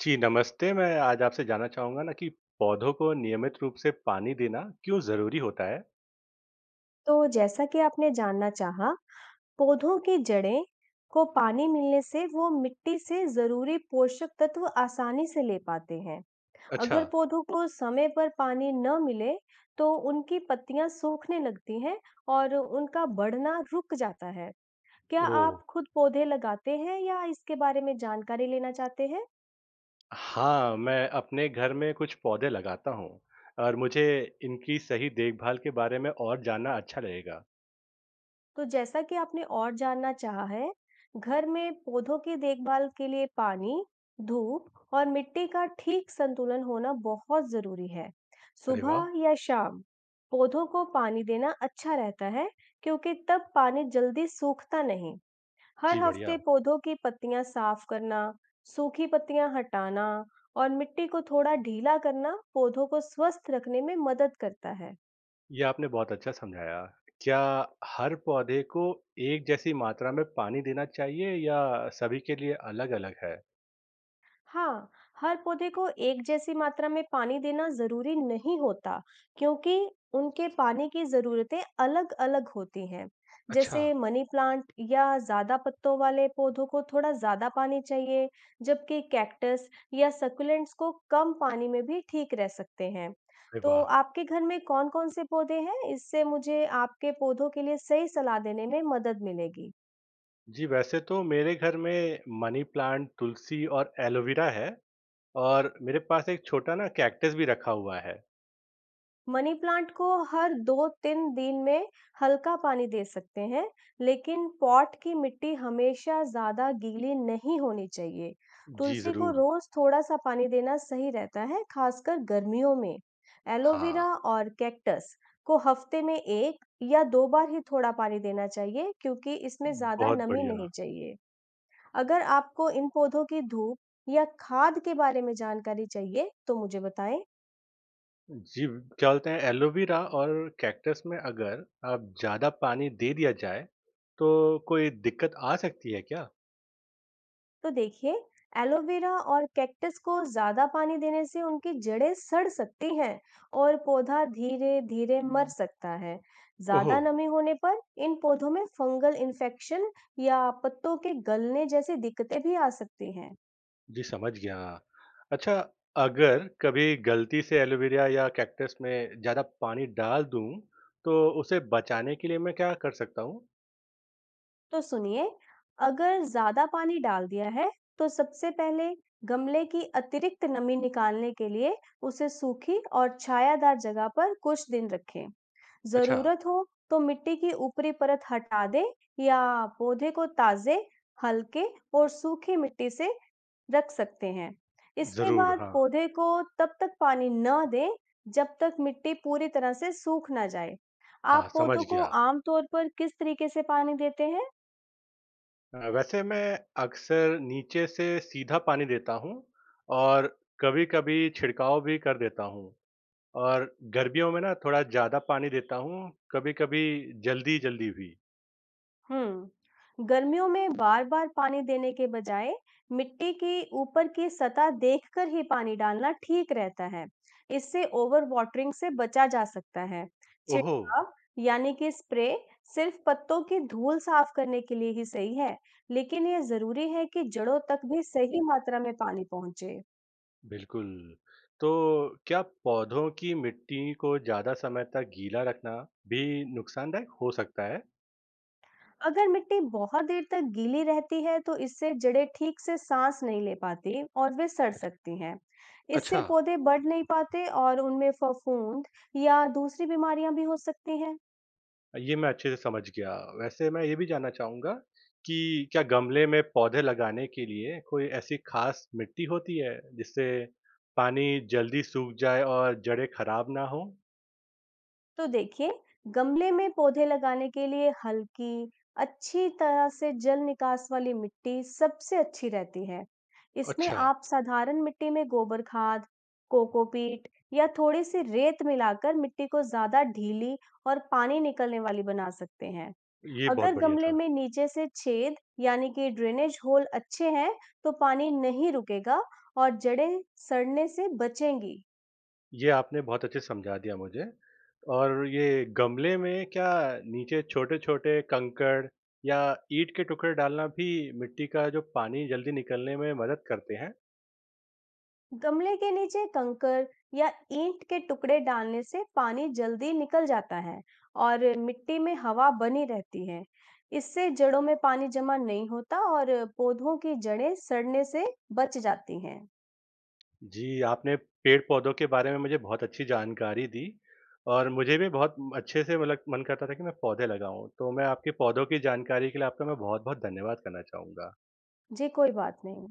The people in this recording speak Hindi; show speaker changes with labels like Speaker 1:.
Speaker 1: जी, नमस्ते। मैं आज आपसे जानना चाहूँगा ना कि पौधों को नियमित रूप से पानी देना क्यों ज़रूरी होता है?
Speaker 2: तो जैसा कि आपने जानना चाहा, पौधों की जड़ें को पानी मिलने से वो मिट्टी से जरूरी पोषक तत्व आसानी से ले पाते हैं।
Speaker 1: अच्छा।
Speaker 2: अगर पौधों को समय पर पानी न मिले, तो उनकी पत्तियां सूखने लगती हैं और उनका बढ़ना रुक जाता है। क्या
Speaker 1: ओह!
Speaker 2: आप खुद पौधे लगाते हैं या इसके बारे में जानकारी लेना चाहते हैं?
Speaker 1: हाँ, मैं अपने घर में कुछ पौधे लगाता हूँ और मुझे इनकी सही देखभाल के बारे में और जानना अच्छा लगेगा।
Speaker 2: तो जैसा कि आपने और जानना चाहा है, घर में पौधों की देखभाल के लिए पानी, धूप और मिट्टी का ठीक संतुलन होना बहुत जरूरी है।
Speaker 1: अरे वाह!
Speaker 2: सुबह या शाम पौधों को पानी देना अच्छा रहता है, क्योंकि तब पानी जल्दी सूखता नहीं। हर
Speaker 1: जी,
Speaker 2: हफ्ते
Speaker 1: बढ़िया।
Speaker 2: पौधों की पत्तियां साफ करना, सूखी पत्तियां हटाना और मिट्टी को थोड़ा ढीला करना पौधों को स्वस्थ रखने में मदद करता है।
Speaker 1: ये आपने बहुत अच्छा समझाया। क्या हर पौधे को एक जैसी मात्रा में पानी देना चाहिए या सभी के लिए अलग-अलग है?
Speaker 2: हाँ, हर पौधे को एक जैसी मात्रा में पानी देना जरूरी नहीं होता, क्योंकि उनके पानी की जरूरतें अलग-अलग होती हैं।
Speaker 1: अच्छा।
Speaker 2: जैसे मनी प्लांट या ज्यादा पत्तों वाले पौधों को थोड़ा ज्यादा पानी चाहिए, जबकि कैक्टस या सकुलेंट्स को कम पानी में भी ठीक रह सकते हैं।
Speaker 1: अरे
Speaker 2: तो
Speaker 1: वाह!
Speaker 2: आपके घर में कौन-कौन से पौधे हैं? इससे मुझे आपके पौधों के लिए सही सलाह देने में मदद मिलेगी।
Speaker 1: जी, वैसे तो मेरे घर में मनी प्लांट, तुलसी और एलोवेरा है और मेरे पास एक छोटा ना कैक्टस भी रखा हुआ है।
Speaker 2: मनी प्लांट को हर 2-3 दिन में हल्का पानी दे सकते हैं, लेकिन पॉट की मिट्टी हमेशा ज्यादा गीली नहीं होनी चाहिए।
Speaker 1: जी,
Speaker 2: तुलसी को
Speaker 1: ज़रूर।
Speaker 2: रोज थोड़ा सा पानी देना सही रहता है, खासकर गर्मियों में।
Speaker 1: हाँ,
Speaker 2: एलोवेरा और कैक्टस को हफ्ते में 1 या 2 बार ही थोड़ा पानी देना चाहिए, क्योंकि इसमें ज्यादा
Speaker 1: बहुत
Speaker 2: नमी
Speaker 1: बढ़िया।
Speaker 2: नहीं चाहिए। अगर आपको इन पौधों की धूप या खाद के बारे में जानकारी चाहिए, तो मुझे बताएं।
Speaker 1: जी, क्या बोलते हैं एलोवेरा और कैक्टस में अगर आप ज़्यादा पानी दे दिया जाए, तो कोई दिक्कत आ सकती है क्या?
Speaker 2: तो देखिए, एलोवेरा और कैक्टस को ज्यादा पानी देने से उनकी जड़ें सड़ सकती हैं और पौधा धीरे धीरे मर सकता है।
Speaker 1: ओह!
Speaker 2: ज्यादा नमी होने पर इन पौधों में फंगल इन्फेक्शन या पत्तों के गलने जैसी दिक्कतें भी आ सकती हैं।
Speaker 1: जी, समझ गया। अच्छा, अगर कभी गलती से एलोवेरा या कैक्टस में ज़्यादा पानी डाल दूँ, तो उसे बचाने के लिए मैं क्या कर सकता हूँ?
Speaker 2: तो सुनिए, अगर ज्यादा पानी डाल दिया है, तो सबसे पहले गमले की अतिरिक्त नमी निकालने के लिए उसे सूखी और छायादार जगह पर कुछ दिन रखें।
Speaker 1: अच्छा,
Speaker 2: जरूरत हो तो मिट्टी की ऊपरी परत हटा दें या पौधे को ताजे, हल्के और सूखी मिट्टी से रख सकते हैं। इसके
Speaker 1: ज़रूर,
Speaker 2: बाद
Speaker 1: हाँ।
Speaker 2: पौधे को तब तक पानी न दें, जब तक मिट्टी पूरी तरह से सूख ना जाए।
Speaker 1: हाँ,
Speaker 2: आप
Speaker 1: समझ
Speaker 2: पौधों को
Speaker 1: गया।
Speaker 2: आमतौर पर किस तरीके से पानी देते हैं?
Speaker 1: वैसे मैं अक्सर नीचे से सीधा पानी देता हूँ और कभी-कभी छिड़काव भी कर देता हूँ और गर्मियों में ना थोड़ा ज़्यादा पानी देता हूँ, कभी-कभी जल्दी-जल्दी भी।
Speaker 2: गर्मियों में बार बार पानी देने के बजाय मिट्टी की ऊपर की सतह देखकर ही पानी डालना ठीक रहता है। इससे ओवर वाटरिंग से बचा जा सकता है।
Speaker 1: ओहो!
Speaker 2: छिड़काव यानी कि स्प्रे सिर्फ पत्तों की धूल साफ करने के लिए ही सही है, लेकिन यह जरूरी है कि जड़ों तक भी सही मात्रा में पानी पहुंचे।
Speaker 1: बिल्कुल। तो क्या पौधों की मिट्टी को ज़्यादा समय तक गीला रखना भी नुकसानदायक हो सकता है?
Speaker 2: अगर मिट्टी बहुत देर तक गीली रहती है, तो इससे जड़ें ठीक से सांस नहीं ले पाती और वे सड़ सकती हैं। इससे
Speaker 1: अच्छा।
Speaker 2: पौधे बढ़ नहीं पाते और उनमें फफूंद या दूसरी बीमारियां भी हो सकती हैं।
Speaker 1: ये मैं अच्छे से समझ गया। वैसे मैं ये भी जानना चाहूँगा कि क्या गमले में पौधे लगाने के लिए कोई ऐसी खास मिट्टी होती है, जिससे पानी जल्दी सूख जाए और जड़ें खराब ना हों?
Speaker 2: तो देखिए, गमले में पौधे लगाने के लिए हल्की, अच्छी तरह से जल निकास वाली मिट्टी सबसे अच्छी रहती है। इसमें
Speaker 1: अच्छा,
Speaker 2: आप साधारण मिट्टी में गोबर खाद, कोकोपीट या थोड़ी सी रेत मिलाकर मिट्टी को ज्यादा ढीली और पानी निकलने वाली बना सकते हैं।
Speaker 1: ये बहुत
Speaker 2: अगर
Speaker 1: बढ़िया
Speaker 2: गमले
Speaker 1: था।
Speaker 2: में नीचे से छेद यानी कि ड्रेनेज होल अच्छे हैं, तो पानी नहीं रुकेगा और जड़ें सड़ने से बचेंगी।
Speaker 1: ये आपने बहुत अच्छे से समझा दिया मुझे। और ये गमले में क्या नीचे छोटे-छोटे कंकड़ या ईंट के टुकड़े डालना भी मिट्टी का जो पानी जल्दी निकलने में मदद करते हैं?
Speaker 2: गमले के नीचे कंकर या ईंट के टुकड़े डालने से पानी जल्दी निकल जाता है और मिट्टी में हवा बनी रहती है। इससे जड़ों में पानी जमा नहीं होता और पौधों की जड़ें सड़ने से बच जाती हैं।
Speaker 1: जी, आपने पेड़-पौधों के बारे में मुझे बहुत अच्छी जानकारी दी और मुझे भी बहुत अच्छे से मतलब मन करता था कि मैं पौधे लगाऊँ। तो मैं आपके पौधों की जानकारी के लिए आपका मैं बहुत-बहुत धन्यवाद करना चाहूँगा।
Speaker 2: जी, कोई बात नहीं।